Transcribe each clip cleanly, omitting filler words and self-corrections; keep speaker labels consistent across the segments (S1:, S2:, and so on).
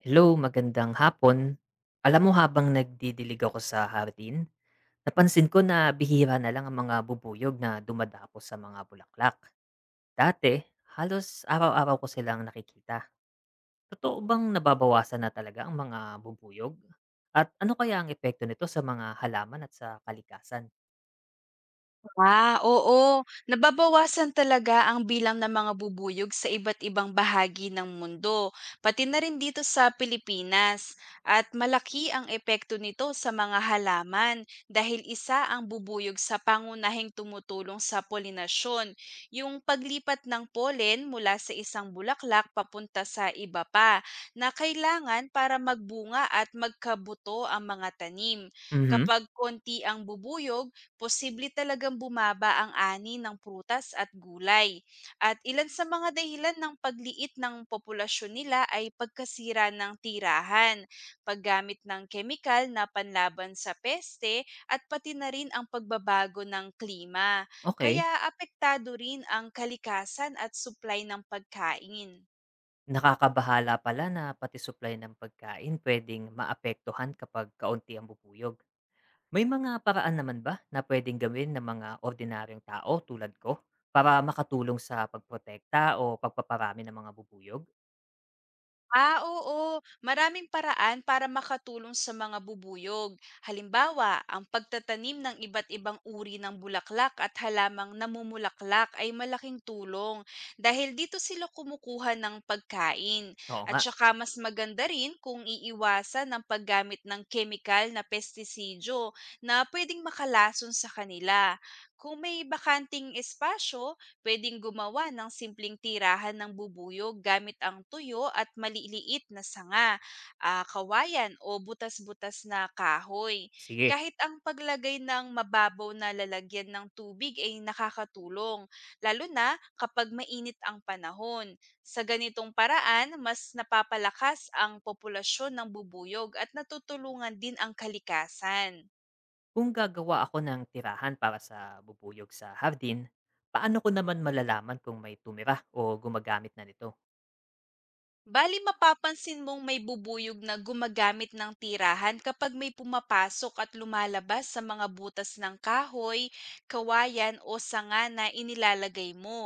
S1: Hello, magandang hapon. Alam mo habang nagdidilig ako sa hardin, napansin ko na bihira na lang ang mga bubuyog na dumadapo sa mga bulaklak. Dati, halos araw-araw ko silang nakikita. Totoo bang nababawasan na talaga ang mga bubuyog? At ano kaya ang epekto nito sa mga halaman at sa kalikasan?
S2: Ah, oo. Nababawasan talaga ang bilang ng mga bubuyog sa iba't ibang bahagi ng mundo, pati na rin dito sa Pilipinas. At malaki ang epekto nito sa mga halaman dahil isa ang bubuyog sa pangunahing tumutulong sa polinasyon, yung paglipat ng pollen mula sa isang bulaklak papunta sa iba pa na kailangan para magbunga at magkabuto ang mga tanim.
S1: Mhm.
S2: Kapag konti ang bubuyog, posible talagang bumaba ang ani ng prutas at gulay. At ilan sa mga dahilan ng pagliit ng populasyon nila ay pagkasira ng tirahan, paggamit ng kemikal na panlaban sa peste at pati na rin ang pagbabago ng klima. Kaya
S1: Okay.
S2: apektado rin ang kalikasan at supply ng pagkain.
S1: Nakakabahala pala na pati supply ng pagkain pwedeng maapektuhan kapag kaunti ang bubuyog. May mga paraan naman ba na puwedeng gawin ng mga ordinaryong tao tulad ko para makatulong sa pagprotekta o pagpaparami ng mga bubuyog?
S2: Ah, oo. Maraming paraan para makatulong sa mga bubuyog. Halimbawa, ang pagtatanim ng iba't ibang uri ng bulaklak at halamang namumulaklak ay malaking tulong dahil dito sila kumukuha ng pagkain.
S1: Oo
S2: At
S1: nga,
S2: saka mas maganda rin kung iiwasan ang paggamit ng chemical na pestisidyo na pwedeng makalason sa kanila. Kung may bakanting espasyo, puwedeng gumawa ng simpleng tirahan ng bubuyog gamit ang tuyo at maliliit na sanga, kawayan o butas-butas na kahoy.
S1: sige.
S2: Kahit ang paglagay ng mababaw na lalagyan ng tubig ay nakakatulong, lalo na kapag mainit ang panahon. Sa ganitong paraan, mas napapalakas ang populasyon ng bubuyog at natutulungan din ang kalikasan.
S1: Kung gagawa ako ng tirahan para sa bubuyog sa hardin, paano ko naman malalaman kung may tumira o gumagamit na nito?
S2: Bali, mapapansin mong may bubuyog na gumagamit ng tirahan kapag may pumapasok at lumalabas sa mga butas ng kahoy, kawayan o sanga na inilalagay mo.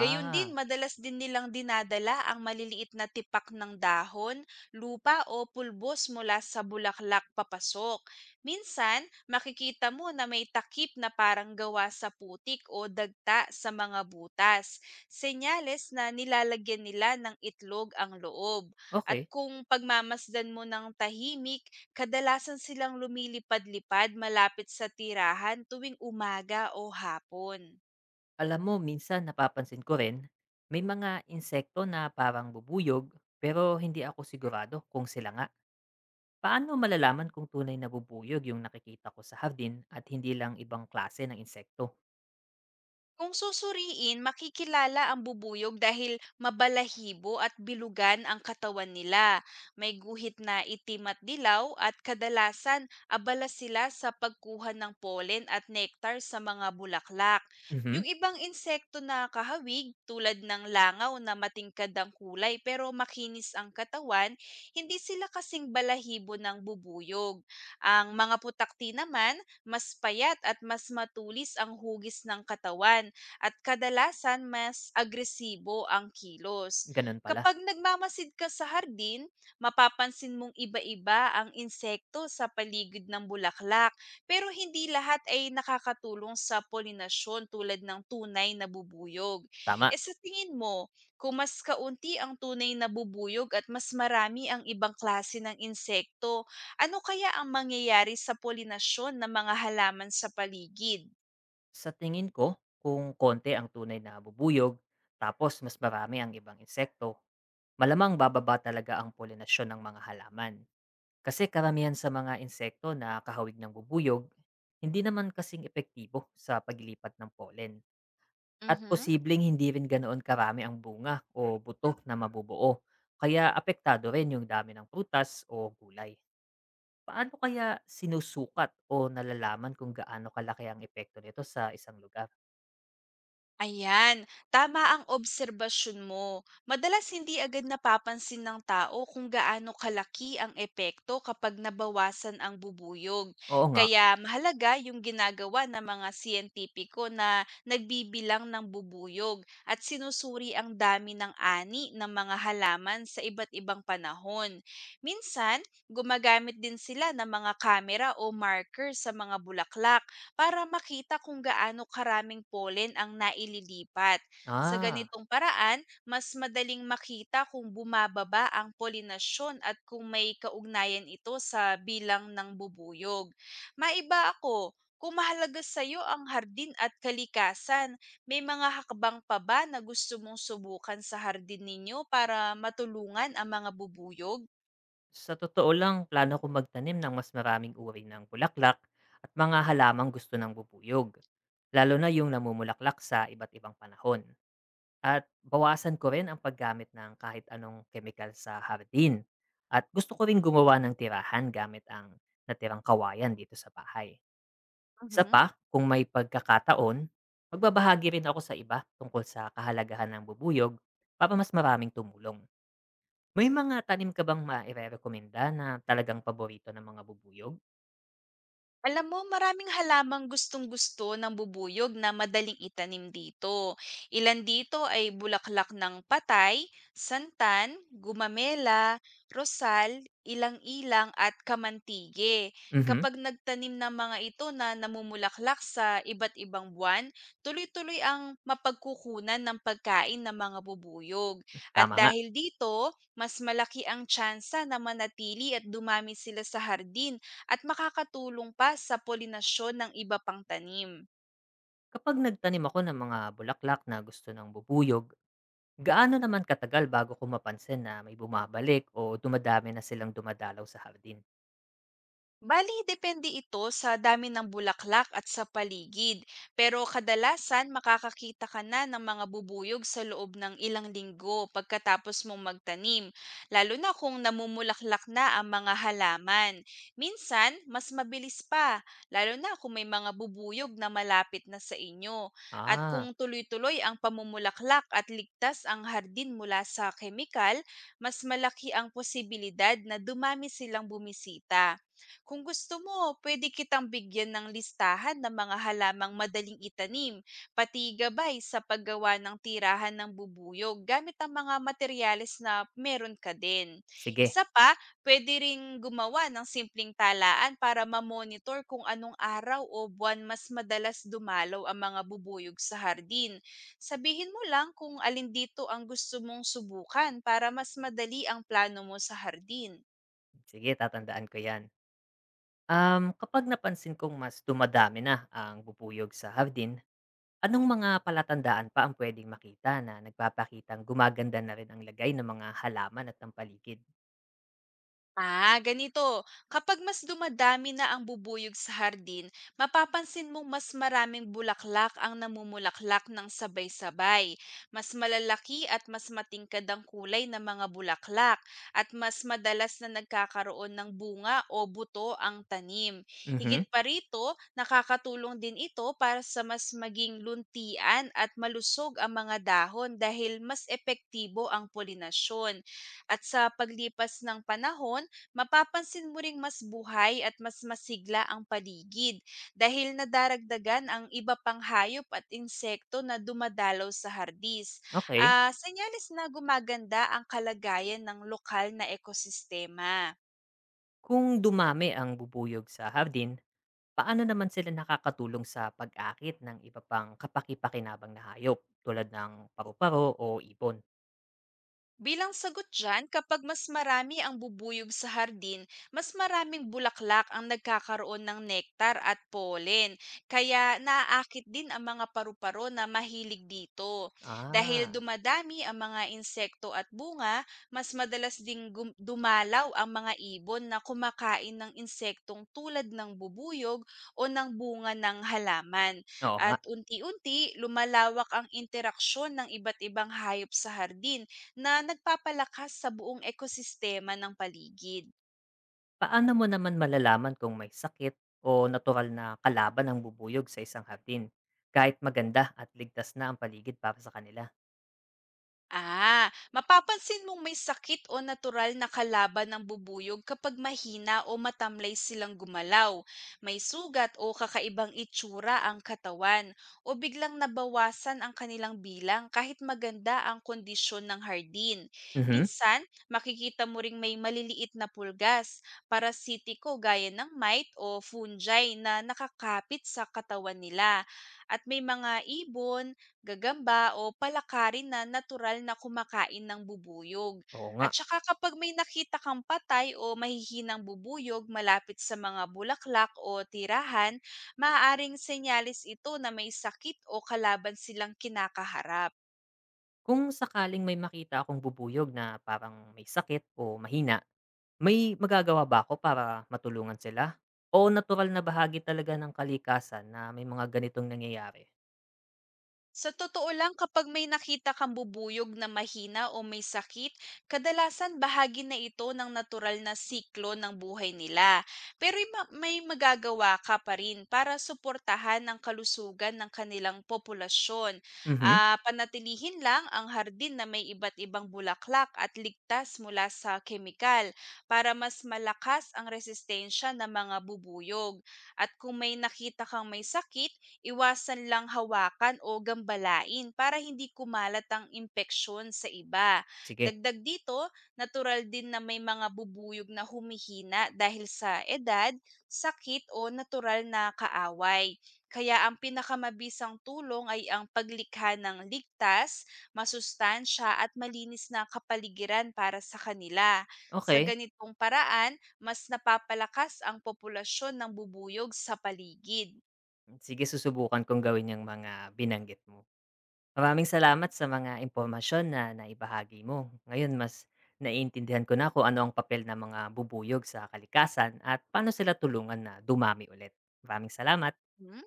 S2: Gayun din, madalas din nilang dinadala ang maliliit na tipak ng dahon, lupa o pulbos mula sa bulaklak papasok. Minsan, makikita mo na may takip na parang gawa sa putik o dagta sa mga butas, senyales na nilalagyan nila ng itlog ang loob. At
S1: okay.
S2: kung pagmamasdan mo ng tahimik, kadalasan silang lumilipad-lipad malapit sa tirahan tuwing umaga o hapon.
S1: Alam mo, minsan napapansin ko rin, may mga insekto na parang bubuyog pero hindi ako sigurado kung sila nga. Paano malalaman kung tunay na bubuyog yung nakikita ko sa hardin at hindi lang ibang klase ng insekto?
S2: Kung susuriin, makikilala ang bubuyog dahil mabalahibo at bilugan ang katawan nila. May guhit na itim at dilaw at kadalasan abala sila sa pagkuha ng pollen at nectar sa mga bulaklak.
S1: Mhm,
S2: Yung ibang insekto na kahawig tulad ng langaw na matingkad ang kulay pero makinis ang katawan, hindi sila kasing balahibo ng bubuyog. Ang mga putakti naman mas payat at mas matulis ang hugis ng katawan at kadalasan mas agresibo ang kilos.
S1: ganun pala.
S2: Kapag nagmamasid ka sa hardin, mapapansin mong iba-iba ang insekto sa paligid ng bulaklak pero hindi lahat ay nakakatulong sa polinasyon tulad ng tunay na bubuyog.
S1: Tama.
S2: E sa tingin mo, kung mas kaunti ang tunay na bubuyog at mas marami ang ibang klase ng insekto, ano kaya ang mangyayari sa polinasyon ng mga halaman sa paligid?
S1: Sa tingin ko, kung konti ang tunay na bubuyog, tapos mas marami ang ibang insekto, malamang bababa talaga ang polinasyon ng mga halaman. Kasi karamihan sa mga insekto na kahawig ng bubuyog, hindi naman kasing epektibo sa paglipat ng pollen. At
S2: Mhm.
S1: posibleng hindi rin ganoon karami ang bunga o buto na mabubuo, kaya apektado rin yung dami ng prutas o gulay. Paano kaya sinusukat o nalalaman kung gaano kalaki ang epekto nito sa isang lugar?
S2: Ayan, tama ang obserbasyon mo. Madalas hindi agad napapansin ng tao kung gaano kalaki ang epekto kapag nabawasan ang bubuyog.
S1: Oo nga.
S2: Kaya mahalaga yung ginagawa ng mga siyentipiko na nagbibilang ng bubuyog at sinusuri ang dami ng ani ng mga halaman sa iba't ibang panahon. Minsan, gumagamit din sila ng mga kamera o marker sa mga bulaklak para makita kung gaano karaming pollen ang naililipat. Sa
S1: Ah,
S2: ganitong paraan, mas madaling makita kung bumababa ang polinasyon at kung may kaugnayan ito sa bilang ng bubuyog. Maiba ako, kung mahalaga sa iyo ang hardin at kalikasan, may mga hakbang pa ba na gusto mong subukan sa hardin ninyo para matulungan ang mga bubuyog?
S1: sa totoo lang, plano ko magtanim ng mas maraming uri ng bulaklak at mga halamang gusto ng bubuyog, lalo na yung namumulaklak sa iba't ibang panahon. At bawasan ko rin ang paggamit ng kahit anong chemical sa hardin. At gusto ko rin gumawa ng tirahan gamit ang natirang kawayan dito sa bahay. Isa
S2: Mhm.
S1: pa, kung may pagkakataon, magbabahagi rin ako sa iba tungkol sa kahalagahan ng bubuyog para mas maraming tumulong. May mga tanim ka bang maire-rekomenda na talagang paborito ng mga bubuyog?
S2: Alam mo, maraming halamang gustong-gusto ng bubuyog na madaling itanim dito. Ilan dito ay bulaklak ng patay, santan, gumamela, rosal, ilang-ilang at kamantige.
S1: Mhm,
S2: Kapag nagtanim ng mga ito na namumulaklak sa iba't ibang buwan, tuloy-tuloy ang mapagkukunan ng pagkain ng mga bubuyog. At
S1: tama nga.
S2: dahil dito, mas malaki ang tsansa na manatili at dumami sila sa hardin at makakatulong pa sa polinasyon ng iba pang tanim.
S1: Kapag nagtanim ako ng mga bulaklak na gusto ng bubuyog, gaano naman katagal bago ko mapansin na may bumabalik o dumadami na silang dumadalaw sa hardin?
S2: Bali, depende ito sa dami ng bulaklak at sa paligid. Pero kadalasan, makakakita ka na ng mga bubuyog sa loob ng ilang linggo pagkatapos mong magtanim, lalo na kung namumulaklak na ang mga halaman. Minsan, mas mabilis pa, lalo na kung may mga bubuyog na malapit na sa inyo. At
S1: Ah,
S2: kung tuloy-tuloy ang pamumulaklak at ligtas ang hardin mula sa kemikal, mas malaki ang posibilidad na dumami silang bumisita. Kung gusto mo, pwede kitang bigyan ng listahan ng mga halamang madaling itanim, pati gabay sa paggawa ng tirahan ng bubuyog gamit ang mga materyales na meron ka din.
S1: sige.
S2: Isa pa, pwede ring gumawa ng simpleng talaan para mamonitor kung anong araw o buwan mas madalas dumalaw ang mga bubuyog sa hardin. Sabihin mo lang kung alin dito ang gusto mong subukan para mas madali ang plano mo sa hardin.
S1: Sige, tatandaan ko 'yan. Kapag napansin kong mas dumadami na ang bubuyog sa hardin, anong mga palatandaan pa ang pwedeng makita na nagpapakitang gumaganda na rin ang lagay ng mga halaman at ng paligid?
S2: Ah, ganito. Kapag mas dumadami na ang bubuyog sa hardin, mapapansin mong mas maraming bulaklak ang namumulaklak ng sabay-sabay. Mas malalaki at mas matingkad ang kulay ng mga bulaklak at mas madalas na nagkakaroon ng bunga o buto ang tanim.
S1: Mhm.
S2: Higit pa rito, nakakatulong din ito para sa mas maging luntian at malusog ang mga dahon dahil mas epektibo ang polinasyon. At sa paglipas ng panahon, mapapansin mo ring mas buhay at mas masigla ang paligid dahil nadaragdagan ang iba pang hayop at insekto na dumadalaw sa hardis.
S1: Okay.
S2: Ah, senyales na gumaganda ang kalagayan ng lokal na ekosistema.
S1: Kung dumami ang bubuyog sa hardin, paano naman sila nakakatulong sa pag-akit ng iba pang kapaki-pakinabang na hayop tulad ng paru-paro o ibon?
S2: Bilang sagot dyan, kapag mas marami ang bubuyog sa hardin, mas maraming bulaklak ang nagkakaroon ng nektar at pollen. Kaya naaakit din ang mga paru-paro na mahilig dito. Dahil
S1: Ah,
S2: dumadami ang mga insekto at bunga, mas madalas ding dumalaw ang mga ibon na kumakain ng insektong tulad ng bubuyog o ng bunga ng halaman.
S1: oo nga.
S2: At unti-unti, lumalawak ang interaksyon ng iba't ibang hayop sa hardin na nagpapalakas sa buong ekosistema ng paligid.
S1: Paano mo naman malalaman kung may sakit o natural na kalaban ang bubuyog sa isang hardin kahit maganda at ligtas na ang paligid para sa kanila?
S2: Ah, mapapansin mong may sakit o natural na kalaban ng bubuyog kapag mahina o matamlay silang gumalaw, may sugat o kakaibang itsura ang katawan, o biglang nabawasan ang kanilang bilang kahit maganda ang kondisyon ng hardin.
S1: Mhm.
S2: Minsan, makikita mo ring may maliliit na pulgas, parasitiko gaya ng mite o fungi na nakakapit sa katawan nila, at may mga ibon, gagamba o palakarin na natural na kumakain ng bubuyog.
S1: Oo nga.
S2: At saka kapag may nakita kang patay o mahihinang bubuyog malapit sa mga bulaklak o tirahan, maaaring senyalis ito na may sakit o kalaban silang kinakaharap.
S1: Kung sakaling may makita akong bubuyog na parang may sakit o mahina, may magagawa ba ako para matulungan sila? O natural na bahagi talaga ng kalikasan na may mga ganitong nangyayari?
S2: Sa totoo lang, kapag may nakita kang bubuyog na mahina o may sakit, kadalasan bahagi na ito ng natural na siklo ng buhay nila. Pero may magagawa ka pa rin para suportahan ang kalusugan ng kanilang populasyon.
S1: Mhm,
S2: Ah, panatilihin lang ang hardin na may iba't ibang bulaklak at ligtas mula sa kemikal para mas malakas ang resistensya ng mga bubuyog. At kung may nakita kang may sakit, iwasan lang hawakan o gambalain para hindi kumalat ang impeksyon sa iba.
S1: sige.
S2: Dagdag dito, natural din na may mga bubuyog na humihina dahil sa edad, sakit o natural na kaaway. Kaya ang pinakamabisang tulong ay ang paglikha ng ligtas, masustansya at malinis na kapaligiran para sa kanila. Sa
S1: Okey.
S2: ganitong paraan, mas napapalakas ang populasyon ng bubuyog sa paligid.
S1: Sige, susubukan kong gawin yang mga binanggit mo. Maraming salamat sa mga impormasyon na naibahagi mo. Ngayon mas naiintindihan ko na kung ano ang papel ng mga bubuyog sa kalikasan at paano sila tulungan na dumami ulit. Maraming salamat.
S2: Hmm?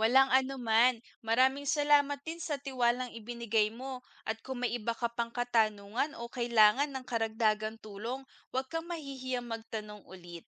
S2: Walang anuman. Maraming salamat din sa tiwalang ibinigay mo. At kung may iba ka pang katanungan o kailangan ng karagdagang tulong, huwag kang mahihiyang magtanong ulit.